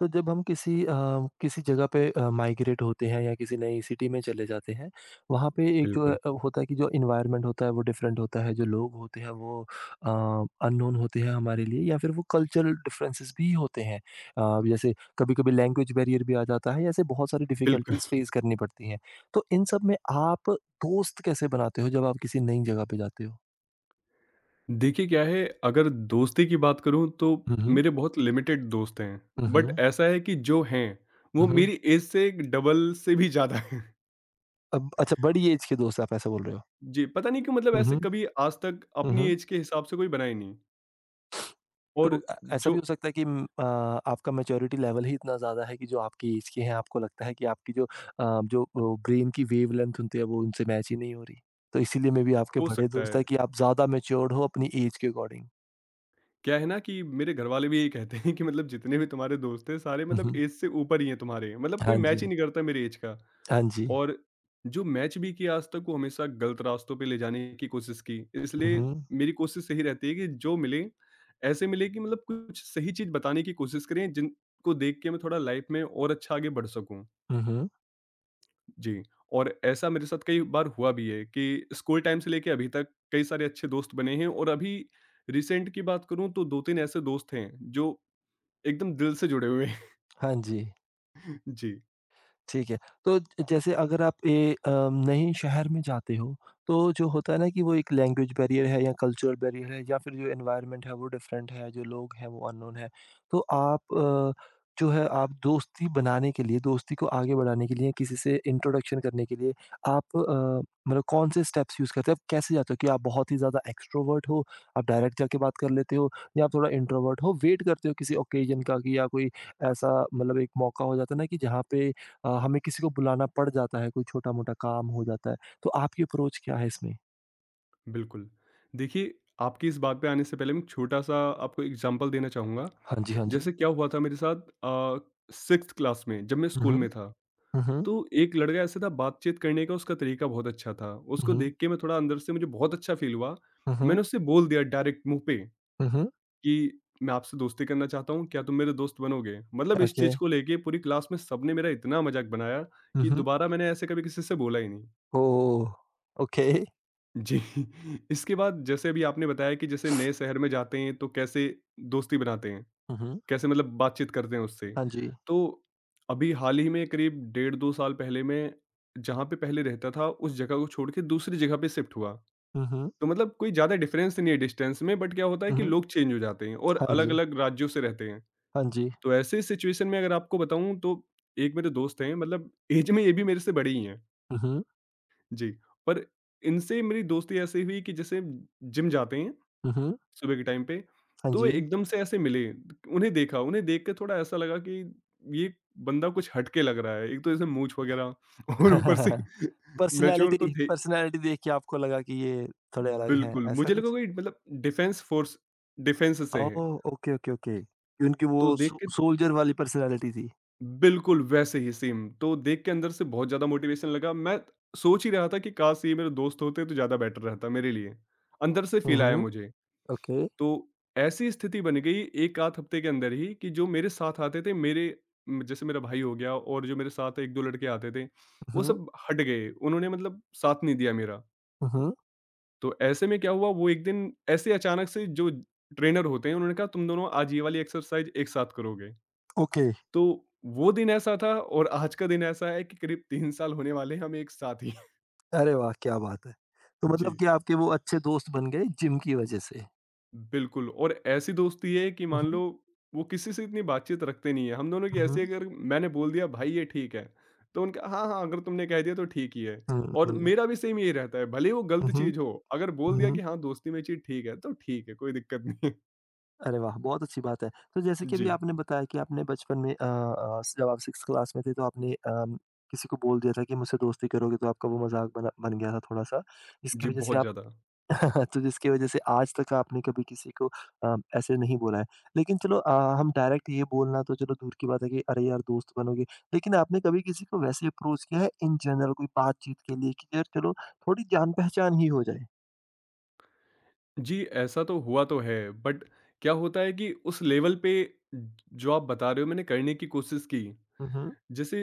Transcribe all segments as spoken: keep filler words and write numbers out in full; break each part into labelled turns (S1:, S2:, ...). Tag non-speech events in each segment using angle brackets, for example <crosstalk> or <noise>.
S1: तो जब हम किसी अ, किसी जगह पे अ, माइग्रेट होते हैं या किसी नई सिटी में चले जाते हैं। वहाँ पे एक जो है
S2: बिल्कुल,
S1: अ, होता है कि जो एनवायरनमेंट होता है वो डिफरेंट होता है, जो लोग होते हैं वो अ, अननोन होते हैं हमारे लिए या फिर वो कल्चरल डिफरेंसेस भी होते हैं। अ, जैसे कभी-कभी लैंग्वेज बैरियर भी आ जाता है, ऐसे बहुत सारी
S2: बिल्कुल।
S1: डिफिकल्टीज फेस करनी पड़ती हैं। तो इन सब में आप दोस्त कैसे बनाते हो जब आप किसी नई जगह पे जाते हो?
S2: देखिए क्या है, अगर दोस्ती की बात करूँ तो
S1: हुँ, हुँ।
S2: मेरे बहुत लिमिटेड दोस्त हैं,
S1: हुँ,
S2: बट
S1: हुँ।
S2: ऐसा है कि जो हैं,
S1: हुँ,
S2: वो
S1: हुँ।
S2: मेरी एज से डबल से भी ज़्यादा हैं।
S1: अब अच्छा बड़ी एज के दोस्त आप ऐसा बोल रहे हो?
S2: जी, पता नहीं क्यों, मतलब
S1: हुँ,
S2: ऐसे
S1: हुँ।
S2: कभी आज तक
S1: हुँ,
S2: अपनी
S1: हुँ।
S2: एज के हिसाब से कोई बना ही नहीं। और
S1: तो अ, ऐसा
S2: जो
S1: भी हो सकता है कि उम, अ, आपका मैच्योरिटी लेवल ही इतना ज़्यादा है कि जो आपकी एज के हैं, आपको लगता है कि आपकी जो अ, जो वो ब्रेन की वेवलेंथ होती है, वो उनसे मैच ही नहीं हो रही। तो इसीलिए मे बी आपके
S2: हो
S1: बड़े
S2: सकता
S1: दोस्त
S2: है,
S1: है कि आप ज़्यादा मैच्योर्ड हो अपनी एज के अकॉर्डिंग।
S2: क्या है ना कि मेरे घरवाले भी यही कहते हैं कि मतलब जितने भी तुम्हारे दोस्त हैं सारे
S1: हुँ,
S2: मतलब
S1: हुँ।
S2: एज से ऊपर ही हैं तुम्हारे, मतलब
S1: हाँ
S2: कोई
S1: जी।
S2: मैच ही नहीं करता मेरी एज का।
S1: हाँ जी।
S2: और जो मैच भी किया आज तक, वो हमेशा गलत रास्तों पे ले जाने की कोशिश की।
S1: हुँ,
S2: इसलिए
S1: हुँ।
S2: मेरी कोशिश यही रहती है कि जो मिले, ऐसे मिले कि मतलब कुछ सही चीज़ बताने की कोशिश करें, जिनको देख के मैं थोड़ा लाइफ़ में और अच्छा आगे बढ़ सकूँ।
S1: हुँ, हुँ।
S2: जी, और ऐसा मेरे साथ कई बार हुआ भी है कि स्कूल टाइम से लेके अभी तक कई सारे अच्छे दोस्त बने हैं। और अभी रिसेंट की बात करूँ तो दो तीन ऐसे दोस्त हैं जो एकदम दिल से जुड़े हुए हैं।
S1: हाँ जी।
S2: <laughs> जी।
S1: ठीक है। तो ज जैसे अगर आप ए अ, नए शहर में जाते हो, तो जो होता है ना कि वो एक लैंग्वेज बैरियर है या कल्चरल बैरियर है या फिर जो एनवायरनमेंट है वो डिफरेंट है, जो लोग हैं वो अननोन है। तो आप अ, जो है आप दोस्ती बनाने के लिए, दोस्ती को आगे बढ़ाने के लिए, किसी से इंट्रोडक्शन करने के लिए आप अ, मतलब कौन से स्टेप्स यूज़ करते हो? आप कैसे जाते हो कि आप बहुत ही ज़्यादा एक्सट्रोवर्ट हो, आप डायरेक्ट जाके बात कर लेते हो या आप थोड़ा इंट्रोवर्ट हो, वेट करते हो किसी ओकेज़न का कि या कोई ऐसा मतलब एक मौका हो जाता है ना कि जहाँ पे अ, हमें किसी को बुलाना पड़ जाता है, कोई छोटा-मोटा काम हो जाता है। तो आपकी अप्रोच क्या है इसमें?
S2: बिल्कुल। देखिए, आपकी इस बात पे आने से पहले मैं एक छोटा-सा आपको एग्ज़ाम्पल देना चाहूँगा।
S1: हाँ जी, हाँ जी।
S2: जैसे क्या हुआ था मेरे साथ, अ, सिक्स्थ क्लास में जब मैं
S1: हुँ,
S2: स्कूल
S1: हुँ।
S2: में था,
S1: हुँ, हुँ।
S2: तो एक लड़का ऐसा था, बातचीत करने का उसका तरीका बहुत अच्छा था।
S1: हुँ,
S2: उसको
S1: हुँ।
S2: देख के मैं थोड़ा अंदर से, मुझे बहुत अच्छा फ़ील हुआ।
S1: हुँ, हुँ।
S2: मैंने उससे बोल दिया डायरेक्ट मुँह पे
S1: हुँ,
S2: कि मैं आपसे दोस्ती करना चाहता हूँ, क्या तुम मेरे दोस्त बनोगे? मतलब इस
S1: ओके।
S2: चीज़ को लेके पूरी क्लास में सबने मेरा इतना मज़ाक बनाया
S1: हुँ,
S2: कि
S1: हुँ।
S2: दोबारा मैंने ऐसे कभी किसी से बोला ही नहीं।
S1: ओह! ओके।
S2: जी। <laughs> इसके बाद जैसे अभी आपने बताया कि जैसे नए शहर में जाते हैं, तो कैसे दोस्ती बनाते हैं,
S1: हुँ, हुँ।
S2: कैसे मतलब बातचीत करते हैं उससे।
S1: हाँ जी।
S2: तो अभी हाल ही में करीब डेढ़ दो साल पहले मैं जहाँ पे पहले रहता था उस जगह को छोड़ के दूसरी जगह पे शिफ्ट हुआ।
S1: हुँ, हुँ।
S2: तो मतलब कोई ज़्यादा डिफरेंस नहीं है डिस्टेंस में, बट क्या होता है
S1: हुँ,
S2: कि
S1: हुँ।
S2: लोग चेंज हो जाते हैं और
S1: हाँ जी।
S2: अलग-अलग राज्यों से रहते हैं।
S1: हाँ जी।
S2: तो ऐसे सिचुएशन में अगर आपको बताऊँ तो एक मेरे दोस्त हैं, मतलब ऐज में ये भी मेरे से बड़े ही हैं।
S1: हुँ, हुँ।
S2: जी, पर इनसे मेरी दोस्ती ऐसे हुई कि जैसे जिम जाते हैं
S1: हुँ, हुँ।
S2: सुबह के टाइम पे,
S1: हाँ
S2: तो वो
S1: जी।
S2: एकदम से ऐसे मिले। उन्हें देखा, उन्हें देख के थोड़ा ऐसा लगा कि ये बंदा कुछ हटके लग रहा है। एक तो जैसे मूंछ वगैरह <laughs> और ऊपर से
S1: <laughs>
S2: मैच्योर तो
S1: पर्सनैलिटी
S2: थे।
S1: पर्सनैलिटी देख के आपको लगा कि ये थोड़े अलग हैं,
S2: बिल्कुल,
S1: ऐसा
S2: मुझे लगा
S1: कुछ?
S2: कोई मतलब डिफेंस फ़ोर्स, डिफेंस से
S1: ओह!
S2: हैं,
S1: ओके, ओके, ओके। उनकी वो
S2: तो देख
S1: सो
S2: के
S1: सोल्जर वाली पर्सनैलिटी थी।
S2: बिल्कुल वैसे ही सेम, तो देख के अंदर से बहुत ज़्यादा मोटिवेशन लगा। मैं सोच ही रहा था कि काश ये मेरे दोस्त होते तो ज़्यादा बेटर रहता मेरे लिए। अंदर से
S1: हुँ,
S2: फ़ील आया
S1: हुँ।
S2: मुझे।
S1: ओके।
S2: तो ऐसी स्थिति बन गई एक आध हफ्ते के अंदर ही, कि जो मेरे साथ आते थे मेरे, म, जैसे मेरा भाई हो गया, और जो मेरे साथ एक दो लड़के आते थे,
S1: हुँ,
S2: वो
S1: हुँ।
S2: सब हट गए, उन्होंने मतलब साथ नहीं दिया मेरा।
S1: हुँ, हुँ।
S2: तो ऐसे में क्या हुआ, वो एक दिन ऐसे अचानक से जो ट्रेनर होते हैं, उन्होंने कहा तुम दोनों आज ये वाली एक्सरसाइज एक साथ करोगे।
S1: ओके।
S2: तो वो दिन ऐसा था और आज का दिन ऐसा है कि करीब तीन साल होने वाले हैं हम एक साथ ही।
S1: अरे वाह! क्या बात है। तो
S2: <laughs> जी।
S1: मतलब कि आपके वो अच्छे दोस्त बन गए जिम की वजह से।
S2: बिल्कुल। और ऐसी दोस्ती है कि
S1: हुँ,
S2: मान लो
S1: हुँ।
S2: वो किसी से इतनी बातचीत रखते नहीं है, हम दोनों की
S1: हुँ, हुँ।
S2: ऐसी है, अगर मैंने बोल दिया भाई ये ठीक है, तो उनका हाँ, हाँ अगर तुमने कह दिया तो ठीक ही है।
S1: हुँ,
S2: और
S1: मतलब
S2: मेरा भी सेम यही रहता है, भले ही वो
S1: हुँ,
S2: गलत
S1: हुँ।
S2: चीज हो, अगर बोल
S1: हुँ,
S2: दिया
S1: हुँ।
S2: कि हाँ दोस्ती में चीज ठीक है तो ठीक है, कोई दिक्कत नहीं है।
S1: अरे वाह! बहुत अच्छी बात है। तो जैसे
S2: <laughs>
S1: कि अभी
S2: जी।
S1: आपने बताया कि आपने बचपन में अ अ, जब आप सिक्स्थ क्लास में थे तो आपने अ, किसी को बोल दिया था कि मुझसे दोस्ती करोगे तो आपका वो मज़ाक बना बन गया था थोड़ा-सा। जिसकी
S2: जी
S1: वजह से
S2: बहुत
S1: आप
S2: ज्यादा।
S1: <laughs> तो जिसकी वजह से आज तक आपने कभी किसी को अ, ऐसे नहीं बोला है। लेकिन चलो अ, हम डायरेक्ट ये बोलना तो चलो दूर की बात है कि अरे यार दोस्त बनोगे। लेकिन आपने कभी किसी को वैसे अप्रोच किया है इन जनरल कोई बातचीत के लिए कि यार चलो थोड़ी जान-पहचान ही हो जाए?
S2: जी, ऐसा तो हुआ तो है, बट क्या होता है कि उस लेवल पे, ज- जो आप बता रहे हो, मैंने करने की कोशिश की।
S1: हुँ, हुँ।
S2: जैसे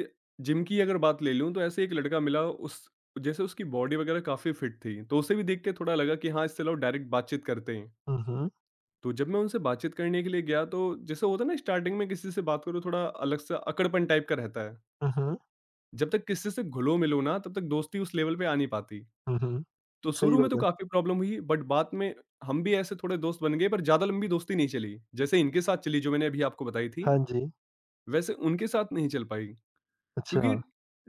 S2: जिम की अगर बात ले लूँ, तो ऐसे एक लड़का मिला उस, जैसे उसकी बॉडी वगैरह काफ़ी फिट थी, तो उसे भी देख के थोड़ा लगा कि हाँ, इससे लाओ डायरेक्ट बातचीत करते हैं।
S1: हुँ, हुँ।
S2: तो जब मैं उनसे बातचीत करने के लिए गया, तो जैसे होता है ना, स्टार्टिंग में किसी से बात करो थोड़ा अलग सा अकड़पन टाइप का रहता है।
S1: हुँ, हुँ।
S2: जब तक किसी से घुलो-मिलो ना, तब तक दोस्ती उस लेवल पे आ नहीं पाती।
S1: हुँ, हुँ।
S2: तो
S1: सही
S2: शुरू में
S1: बात
S2: तो
S1: है।
S2: काफ़ी प्रॉब्लम हुई, बट बाद में हम भी ऐसे थोड़े दोस्त बन गए, पर ज़्यादा लंबी दोस्ती नहीं चली। जैसे इनके साथ चली जो मैंने अभी आपको बताई थी,
S1: हाँ जी।
S2: वैसे उनके साथ नहीं चल पाई।
S1: अच्छा।
S2: क्योंकि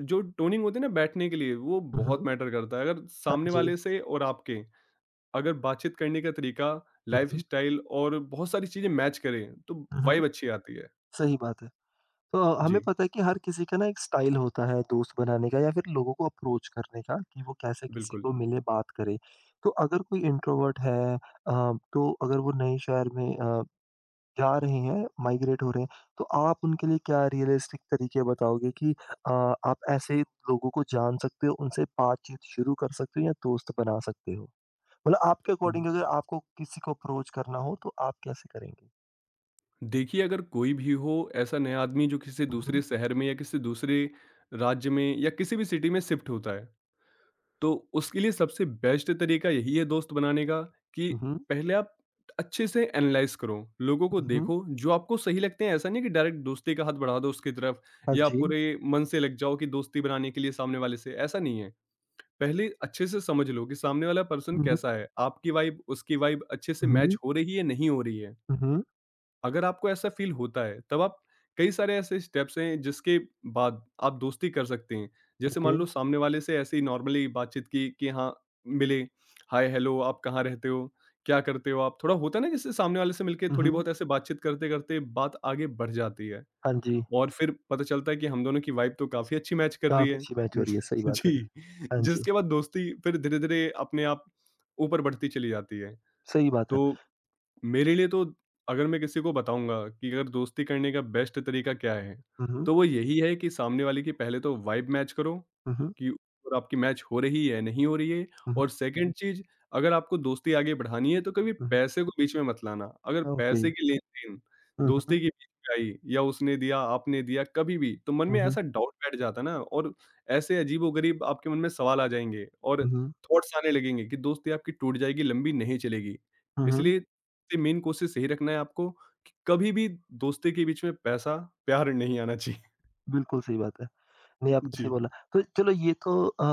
S2: जो टोनिंग होती है ना बैठने के लिए, वो
S1: हुँ,
S2: बहुत
S1: हुँ।
S2: मैटर करता है, अगर
S1: हाँ
S2: सामने
S1: जी।
S2: वाले से और आपके अगर बातचीत करने का तरीका,
S1: हुँ,
S2: लाइफ
S1: हुँ।
S2: स्टाइल और बहुत सारी चीजें मैच करें, तो
S1: हुँ, हुँ।
S2: वाइब अच्छी आती है।
S1: सही बात है। तो हमें
S2: जी,
S1: पता है कि हर किसी का ना एक स्टाइल होता है दोस्त बनाने का या फिर लोगों को अप्रोच करने का कि वो कैसे किसी
S2: बिल्कुल।
S1: को मिले बात करे तो अगर कोई इंट्रोवर्ट है अ, तो अगर वो नए शहर में अ, जा रहे हैं माइग्रेट हो रहे हैं तो आप उनके लिए क्या रियलिस्टिक तरीके बताओगे कि अ, आप ऐसे लोगों को जान सकते हो उनसे बातचीत शुरू कर सकते हो या दोस्त बना सकते हो मतलब आपके अकॉर्डिंग
S2: द-
S1: अगर आपको किसी को अप्रोच करना हो तो आप कैसे करेंगे।
S2: देखिए, अगर कोई भी हो, ऐसा नया आदमी जो किसी
S1: हम्म।
S2: दूसरे शहर में या किसी दूसरे राज्य में या किसी भी सिटी में शिफ्ट होता है, तो उसके लिए सबसे बेस्ट तरीका यही है दोस्त बनाने का, कि
S1: हम्म।
S2: पहले आप अच्छे से एनालाइज करो, लोगों को
S1: हम्म।
S2: देखो जो आपको सही लगते हैं। ऐसा नहीं कि डायरेक्ट दोस्ती का हाथ बढ़ा दो उसकी तरफ,
S1: हाँ
S2: या आप
S1: जी।
S2: पूरे मन से लग जाओ कि दोस्ती बनाने के लिए सामने वाले से। ऐसा नहीं है, पहले अच्छे से समझ लो कि सामने वाला पर्सन
S1: हम्म।
S2: कैसा है, आपकी वाइब उसकी वाइब अच्छे से मैच
S1: हम्म।
S2: हो रही है, नहीं हो रही है।
S1: हम्म।
S2: अगर आपको ऐसा फील होता है, तब आप, कई सारे ऐसे स्टेप्स हैं जिसके बाद आप दोस्ती कर सकते हैं। जैसे
S1: ओके।
S2: मान लो सामने वाले से ऐसे ही नॉर्मली बातचीत की कि हाँ, मिले, हाय हेलो, आप कहाँ रहते हो? क्या करते हो आप? थोड़ा होता है ना, जैसे सामने वाले से मिलके
S1: हुँ,
S2: थोड़ी
S1: हुँ।
S2: बहुत ऐसे बातचीत करते-करते बात आगे बढ़ जाती है,
S1: हाँ जी,
S2: और फिर पता चलता है कि हम दोनों की वाइब तो काफ़ी अच्छी मैच कर रही
S1: काफ़ी
S2: है।
S1: अच्छी मैच हो रही है,
S2: <laughs>
S1: सही बात है।
S2: जी,
S1: हाँ जी,
S2: जिसके बाद दोस्ती फिर धीरे-धीरे अपने आप ऊपर बढ़ती चली जाती है।
S1: सही बात है।
S2: तो मेरे लिए तो, अगर मैं किसी को बताऊँगा कि अगर दोस्ती करने का बेस्ट तरीका क्या है,
S1: हुँ, हुँ,
S2: तो वो यही है कि सामने वाले की पहले तो वाइब मैच करो,
S1: हुँ, हुँ,
S2: कि और आपकी मैच हो रही है, नहीं हो रही है।
S1: हुँ,
S2: और सेकंड चीज़, अगर आपको दोस्ती आगे बढ़ानी है तो कभी
S1: हुँ,
S2: पैसे को बीच में मत लाना। अगर
S1: हुँ, ओके।
S2: पैसे की लेन-देन
S1: हुँ, हुँ,
S2: दोस्ती के बीच में आई, या उसने दिया, आपने दिया, कभी भी, तो मन
S1: हुँ,
S2: में
S1: हुँ,
S2: ऐसा डाउट बैठ जाता है ना, और ऐसे अजीबो-गरीब आपके मन में सवाल आ जाएँगे, और
S1: हुँ,
S2: थॉट्स आने लगेंगे कि दोस्ती आपकी टूट जाएगी, लंबी नहीं चलेगी।
S1: हुँ, हुँ,
S2: इसलिए सबसे मेन कोशिश यही रखना है आपको कि कभी भी दोस्ती के बीच में पैसा, प्यार नहीं आना चाहिए।
S1: बिल्कुल सही बात है। नहीं,
S2: <laughs>
S1: आपने सही
S2: जी,
S1: बोला। तो चलो ये तो अ,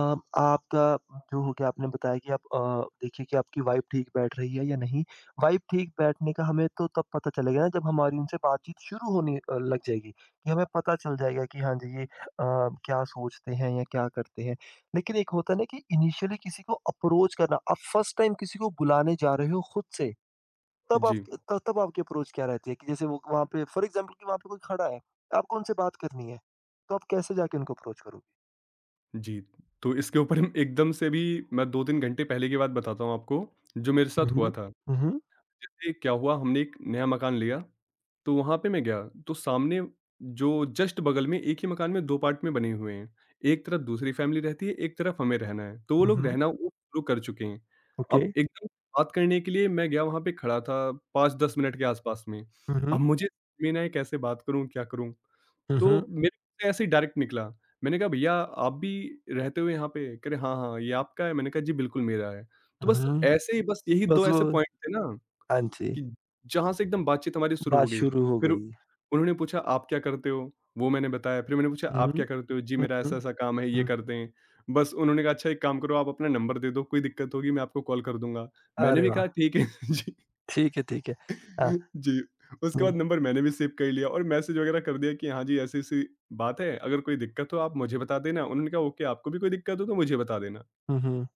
S1: आपका जो हो गया आपने बताया कि आप अ, देखिए कि आपकी वाइब ठीक बैठ रही है या नहीं। वाइब ठीक बैठने का हमें तो तब पता चलेगा ना जब हमारी उनसे बातचीत शुरू होने अ, लग जाएगी कि हमें पता चल जाएगा कि हाँ जी ये अ, क्या सोचते हैं या क्या करते हैं। लेकिन एक होता है ना कि इनिशियली किसी को अप्रोच करना, आप फर्स्ट टाइम किसी को बुलाने जा रहे हो खुद से, तब आप
S2: जी,
S1: त तब आपकी अप्रोच क्या रहती है कि जैसे वो वहाँ पे फॉर एग्ज़ाम्पल कि वहाँ पे कोई खड़ा है, आपको उनसे बात करनी है, तो आप कैसे जाके उनको अप्रोच करोगे?
S2: जी। तो इसके ऊपर हम एकदम से भी, मैं दो तीन घंटे पहले की बात बताता हूँ आपको, जो मेरे साथ हुआ
S1: Mhm.
S2: था।
S1: Mhm.
S2: जैसे क्या हुआ, हमने एक नया मकान लिया, तो वहाँ पे मैं गया, तो सामने जो जस्ट बगल में एक ही मकान में दो पार्ट में बने हुए हैं। एक तरफ दूसरी फैमिली रहती है, एक तरफ हमें रहना है, तो वो लोग
S1: Mhm.
S2: रहना वो शुरू कर चुके हैं। अब
S1: Okay.
S2: एकदम बात करने के लिए मैं गया, वहाँ पे खड़ा था पाँच दस मिनट के आसपास में।
S1: हुँ,
S2: अब मुझे समझ में नहीं आया, कैसे बात करूँ, क्या करूँ?
S1: हुँ,
S2: तो
S1: हुँ,
S2: मेरे मुँह से ऐसे ही डायरेक्ट निकला, मैंने कहा भईया आप भी रहते हो यहाँ पे? कह रहे हाँ, हाँ, ये आपका है? मैंने कहा जी बिल्कुल मेरा है। तो बस
S1: हुँ।
S2: ऐसे ही, बस यही
S1: बस
S2: दो
S1: वो
S2: ऐसे पॉइंट थे ना,
S1: हाँ जी,
S2: कि जहाँ से एकदम बातचीत हमारी शुरू
S1: बात
S2: हो गई।
S1: शुरू हो
S2: फिर
S1: गई।
S2: उन्होंने पूछा आप क्या करते हो? वो मैंने बताया, फिर मैंने पूछा
S1: हुँ,
S2: आप क्या करते हो? जी
S1: हुँ,
S2: मेरा
S1: हुँ,
S2: ऐसा-ऐसा काम है, ये
S1: हुँ।
S2: करते हैं। बस उन्होंने कहा अच्छा एक काम करो आप अपना नंबर दे दो, कोई दिक्कत होगी मैं आपको कॉल कर दूँगा। मैंने
S1: अरे
S2: भी
S1: वाह!
S2: कहा ठीक है <laughs> जी,
S1: ठीक है, ठीक है। हाँ,
S2: जी। उसके
S1: नहीं
S2: बाद नंबर मैंने भी सेव कर लिया और मैसेज वगैरह कर दिया कि हाँ जी ऐसी-ऐसी बात है, अगर कोई दिक्कत हो आप मुझे बता देना। उन्होंने कहा ओके आपको भी कोई दिक्कत हो तो मुझे बता देना।
S1: हुँ, हुँ।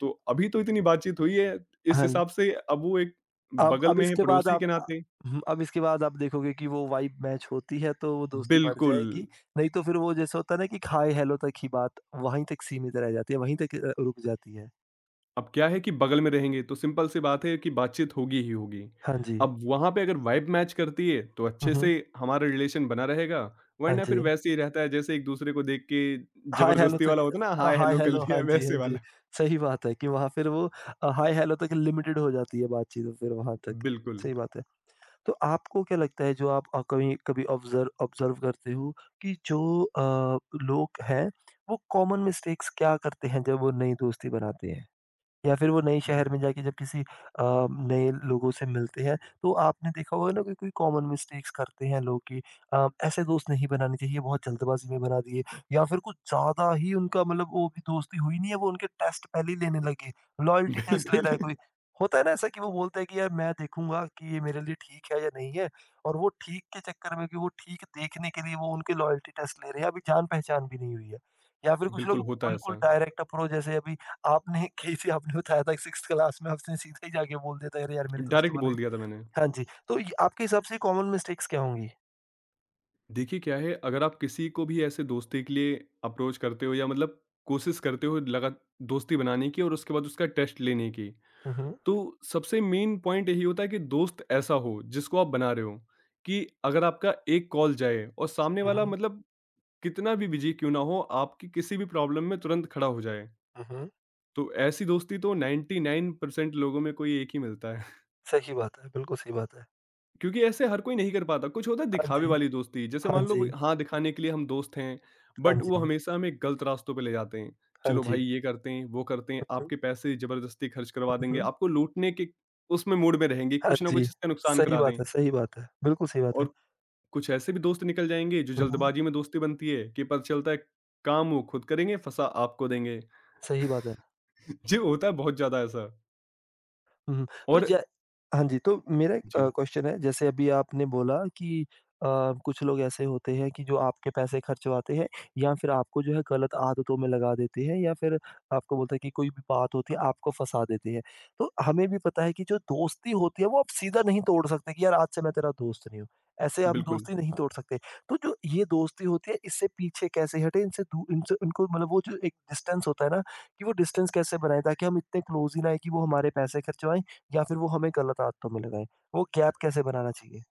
S2: तो अभी तो इतनी बातचीत हुई है, इस
S1: हाँ जी।
S2: हिसाब से अब वो एक
S1: अब
S2: बगल
S1: अब
S2: में है
S1: इसके बाद
S2: पड़ोसी
S1: आप
S2: के
S1: अ,
S2: नाते।
S1: हुँ, अब इसके बाद आप देखोगे कि वो वाइब मैच होती है तो वो दोस्ती बढ़
S2: बिल्कुल।
S1: जाएगी, नहीं तो फिर वो जैसा होता है ना कि हाय हेलो तक ही बात वहीं तक सीमित रह जाती है, वहीं तक अ, रुक जाती है।
S2: अब क्या है कि बगल में रहेंगे तो सिंपल सी बात है कि बातचीत होगी ही होगी।
S1: हाँ जी।
S2: अब वहाँ पे अगर वाइब मैच करती है तो
S1: हुँ,
S2: अच्छे
S1: हुँ।
S2: से हमारा रिलेशन बना रहेगा,
S1: हाँ
S2: वरना फिर
S1: जी।
S2: वैसे ही रहता है जैसे एक दूसरे को देख के
S1: हाय हेलो
S2: ज़बरदस्ती
S1: तक
S2: वाला होता है ना
S1: अ,
S2: हाय
S1: हाय
S2: हेलो कर
S1: हेलो हाँ
S2: लिया
S1: जी, हाँ
S2: वैसे
S1: जी।
S2: वाला।
S1: सही बात है कि वहाँ फिर वो अ, हाय हेलो तक लिमिटेड हो जाती है बातचीत फिर वहाँ तक।
S2: बिल्कुल।
S1: सही बात है। तो आपको क्या लगता है जो आप अ, कभी कभी ऑब्ज़र्व ऑब्ज़र्व करते हो कि जो अ, लोग हैं वो कॉमन मिस्टेक्स क्या करते हैं जब वो नई दोस्ती बनाते हैं? या फिर वो नए शहर में
S2: <laughs>
S1: जाके जब किसी अ, नए लोगों से मिलते हैं, तो आपने देखा होगा ना कि कोई कॉमन मिस्टेक्स करते हैं लोग कि अ, ऐसे दोस्त नहीं बनाने चाहिए, बहुत जल्दबाज़ी में बना दिए या फिर कुछ ज़्यादा ही उनका मतलब वो भी दोस्ती हुई नहीं है, वो उनके टेस्ट पहले ही लेने लगे, लॉयल्टी टेस्ट ले
S2: बिल्कुल,
S1: रहा है कोई। होता है ना ऐसा कि वो बोलता है कि यार मैं देखूँगा कि ये मेरे लिए ठीक है या नहीं है और वो ठीक के चक्कर में कि वो ठीक देखने के लिए वो उनके लॉयल्टी टेस्ट ले रहे हैं, अभी जान-पहचान भी नहीं हुई है। या फिर कुछ लोग
S2: बिल्कुल होता है
S1: बिल्कुल
S2: ऐसा।
S1: डायरेक्ट अप्रोच जैसे अभी आपने कैसे आपने बताया था सिक्स्थ क्लास में आपने सीधा ही जाके बोल दिया था अरे यार मेरे दोस्त तो
S2: डायरेक्ट
S1: बन गए।
S2: बोल दिया था मैंने।
S1: हाँ जी, तो ये आपके हिसाब से कॉमन मिस्टेक्स क्या होंगी?
S2: देखिए क्या है, अगर आप किसी को भी ऐसे दोस्ती के लिए अप्रोच करते हो या मतलब कोशिश करते हो लगा दोस्ती बनाने की और उसके बाद उसका टेस्ट लेने की,
S1: हुँ, हुँ।
S2: तो सबसे मेन पॉइंट यही होता है कि दोस्त ऐसा हो जिसको आप बना रहे हो, कि अगर आपका एक कॉल जाए और सामने
S1: हुँ,
S2: वाला
S1: हुँ।
S2: मतलब कितना भी बिजी क्यों ना हो, आपकी किसी भी प्रॉब्लम में तुरंत खड़ा हो जाए।
S1: हुँ, हुँ।
S2: तो ऐसी दोस्ती तो ninety nine percent nine percent लोगों में कोई एक ही मिलता है,
S1: सही बात है, बिल्कुल सही बात है।
S2: क्योंकि ऐसे हर कोई नहीं कर पाता। कुछ होता है
S1: हाँ
S2: दिखावे
S1: जी,
S2: वाली दोस्ती, जैसे
S1: हाँ
S2: मान लो
S1: जी,
S2: ब हाँ, दिखाने के लिए हम दोस्त हैं,
S1: हाँ
S2: बट वो
S1: जी,
S2: हमेशा हमें गलत रास्तों पे ले जाते हैं।
S1: हाँ
S2: चलो
S1: जी।
S2: भाई ये करते हैं, वो करते हैं,
S1: हुँ,
S2: आपके पैसे ज़बरदस्ती खर्च करवा देंगे,
S1: हुँ।
S2: आपको लूटने के उसमें मूड में रहेंगे,
S1: हाँ
S2: कुछ ना
S1: जी,
S2: कुछ इसका नुकसान
S1: सही
S2: करा
S1: बात
S2: दें।
S1: है, सही बात है। बिल्कुल सही बात है।
S2: और कुछ ऐसे भी दोस्त निकल जाएँगे जो
S1: हुँ, हुँ।
S2: जल्दबाजी में दोस्ती बनती है कि पता चलता है काम वो खुद करेंगे, फंसा आपको देंगे।
S1: सही बात है।
S2: <laughs> ये होता है बहुत ज़्यादा ऐसा।
S1: हुँ, तो
S2: और
S1: ज हाँ जी, तो मेरा एक अ,
S2: जी,
S1: क्वेश्चन है जैसे अभी आपने बोला कि अ, कुछ लोग ऐसे होते हैं कि जो आपके पैसे खर्चवाते हैं या फिर आपको जो है गलत आदतों में लगा देते हैं या फिर आपको बोलते हैं कि कोई भी बात होती है आपको फँसा देते हैं। तो हमें भी पता है कि जो दोस्ती होती है वो आप सीधा नहीं तोड़ सकते कि यार आज से मैं तेरा दोस्त नहीं हूँ। ऐसे हम
S2: बिल्कुल।
S1: दोस्ती नहीं तोड़ सकते। तो जो ये दोस्ती होती है इससे पीछे कैसे हटें इनसे दू इनसे इनको मतलब वो जो एक डिस्टेंस होता है ना कि वो डिस्टेंस कैसे बनाएँ ताकि हम इतने क्लोज़ ही ना आएँ कि वो हमारे पैसे खर्चवाएँ या फिर वो हमें गलत आदतों में लगाएँ। वो गैप कैसे बनाना चाहिए?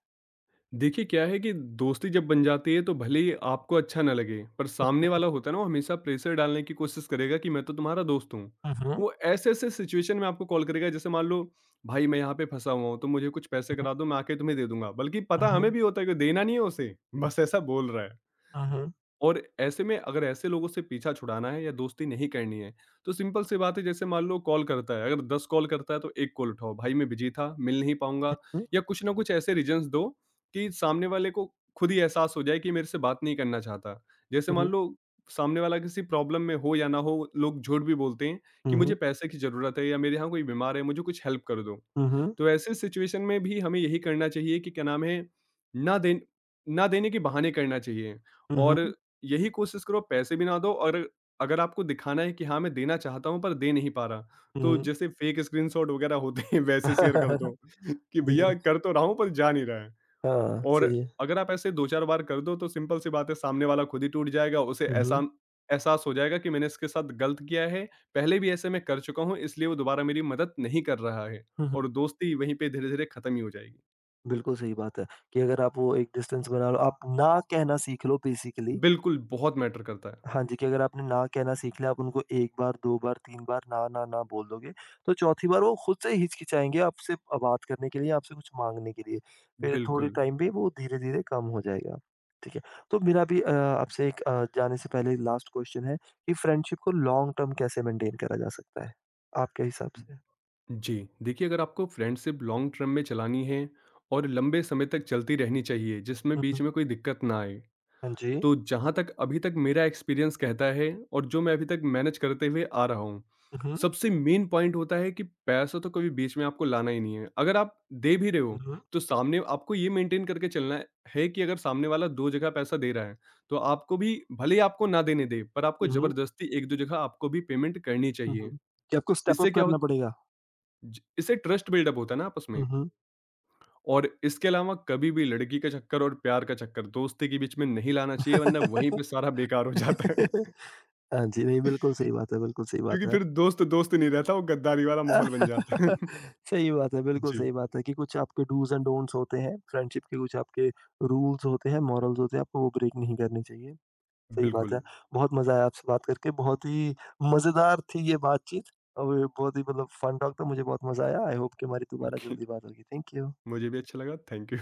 S2: देखिए, क्या है कि दोस्ती जब बन जाती है तो भले ही आपको अच्छा ना लगे, पर सामने वाला होता है ना, वो हमेशा प्रेशर डालने की कोशिश करेगा कि मैं तो तुम्हारा दोस्त हूँ।
S1: हुँ, हुँ,
S2: वो ऐसे-ऐसे सिचुएशन में आपको कॉल करेगा, जैसे मान लो भाई मैं यहाँ पे फँसा हुआ हूँ, तुम मुझे कुछ पैसे करा दो मैं आके तुम्हें दे दूँगा। बल्कि
S1: हुँ,
S2: पता हमें
S1: हुँ,
S2: भी होता है कि देना नहीं है उसे, बस ऐसा बोल रहा है।
S1: हुँ, हुँ,
S2: और ऐसे में अगर ऐसे लोगों से पीछा छुड़ाना है या दोस्ती नहीं करनी है, तो सिंपल सी बात है, जैसे मान लो कॉल करता है, अगर दस कॉल करता है तो एक कॉल उठाओ, भाई मैं बिज़ी था, मिल नहीं पाऊँगा, या कुछ ना कुछ ऐसे रीज़न्स दो कि सामने वाले को खुद ही एहसास हो जाए कि मेरे से बात नहीं करना चाहता। जैसे
S1: हुँ,
S2: मान
S1: हुँ,
S2: लो सामने वाला किसी प्रॉब्लम में हो या ना हो, लोग झूठ भी बोलते हैं कि मुझे
S1: हुँ,
S2: पैसे की ज़रूरत है या मेरे यहाँ कोई बीमार है, मुझे कुछ हेल्प कर दो।
S1: हुँ, हुँ,
S2: तो ऐसे सिचुएशन में भी हमें यही करना चाहिए कि क्या नाम है, ना दे ना देने के बहाने करना चाहिए,
S1: हुँ,
S2: और यही कोशिश करो पैसे भी ना दो, और अगर आपको दिखाना है कि हाँ, मैं देना चाहता हूँ पर दे नहीं पा रहा, तो
S1: हुँ।
S2: जैसे फेक स्क्रीनशॉट वगैरह होते हैं <laughs> वैसे शेयर कर दो
S1: <laughs>
S2: <laughs> कि
S1: जी,
S2: भैया कर तो रहा हूँ पर जा नहीं रहा है।
S1: हाँ,
S2: और
S1: सही है।
S2: अगर आप ऐसे दो चार बार कर दो, तो सिंपल सी बात है सामने वाला खुद ही टूट जाएगा, उसे
S1: हुँ, हुँ,
S2: एहसान एहसास हो जाएगा कि मैंने इसके साथ गलत किया है, पहले भी ऐसे मैं कर चुका हूँ इसलिए वो दोबारा मेरी मदद नहीं कर रहा है,
S1: हुँ, हुँ।
S2: और दोस्ती वहीं पे धीरे-धीरे खत्म ही हो जाएगी।
S1: बिल्कुल सही बात है कि अगर आप वो एक डिस्टेंस बना लो, आप ना कहना सीख लो बेसिकली।
S2: बिल्कुल, बहुत मैटर करता है।
S1: हाँ जी, कि अगर आपने ना कहना सीख लिया, आप उनको एक बार, दो बार, तीन बार ना, ना, ना बोल दोगे, तो चौथी बार वो खुद से हिचकिचाएँगे आपसे अ, बात करने के लिए, आपसे कुछ माँगने के लिए। फिर थोड़े
S2: बिल्कुल।
S1: टाइम पे वो धीरे-धीरे कम हो जाएगा। ठीक है? तो मेरा भी अ, आपसे एक अ, जाने से पहले लास्ट क्वेश्चन है कि फ्रेंडशिप को लॉन्ग टर्म कैसे मेंटेन करा जा सकता है, आपके हिसाब से?
S2: जी, देखिए अगर आपको फ्रेंडशिप लॉन्ग टर्म में चलानी है और लंबे समय तक चलती रहनी चाहिए जिसमें
S1: हुँ, हुँ।
S2: बीच में कोई दिक्कत ना आए,
S1: हाँ जी।
S2: तो जहाँ तक अभी तक मेरा एक्सपीरियंस कहता है और जो मैं अभी तक मैनेज करते हुए आ रहा हूँ,
S1: हुँ, हुँ।
S2: सबसे मेन पॉइंट होता है कि पैसा तो कभी बीच में आपको लाना ही नहीं है। अगर आप दे भी रहे
S1: हुँ,
S2: हो,
S1: हुँ।
S2: तो सामने आपको ये मेंटेन करके चलना है कि अगर सामने वाला दो जगह पैसा दे रहा है, तो आपको भी, भले ही आपको ना देने दे, पर आपको
S1: हुँ, हुँ।
S2: ज़बरदस्ती एक दो जगह आपको भी पेमेंट करनी
S1: हुँ,
S2: चाहिए।
S1: हुँ। कि आपको स्टेप अप
S2: इससे क्या
S1: करना
S2: हो,
S1: पड़ेगा?
S2: ज इससे ट्रस्ट बिल्डअप होता है ना आपस
S1: हुँ,
S2: में।
S1: हुँ।
S2: और इसके अलावा कभी भी लड़की का चक्कर और प्यार का चक्कर दोस्ती के बीच में नहीं लाना चाहिए, वरना वहीं पे सारा बेकार हो जाता है।
S1: <laughs> हाँ जी, नहीं बिल्कुल सही बात है, बिल्कुल सही बात
S2: क्योंकि
S1: है।
S2: फिर दोस्त दोस्त नहीं रहता, वो गद्दारी वाला माहौल बन जाता है।
S1: <laughs>
S2: <laughs>
S1: सही बात है, बिल्कुल
S2: जी,
S1: सही बात है कि कुछ आपके डूज़ एंड डोंट्स होते हैं, फ्रेंडशिप के कुछ आपके रूल्स होते हैं, मॉरल्स होते हैं, आपको वो ब्रेक नहीं करने चाहिए। सही बात
S2: बिल्कुल।
S1: है। बहुत मज़ा आया आपसे बात करके, बहुत ही मज़ेदार थी ये बातचीत और बहुत ही मतलब फन टॉक था, मुझे बहुत मज़ा आया। आई होप कि हमारी दोबारा
S2: ओके,
S1: जल्दी बात होगी। Thank you.
S2: मुझे भी अच्छा लगा। Thank you.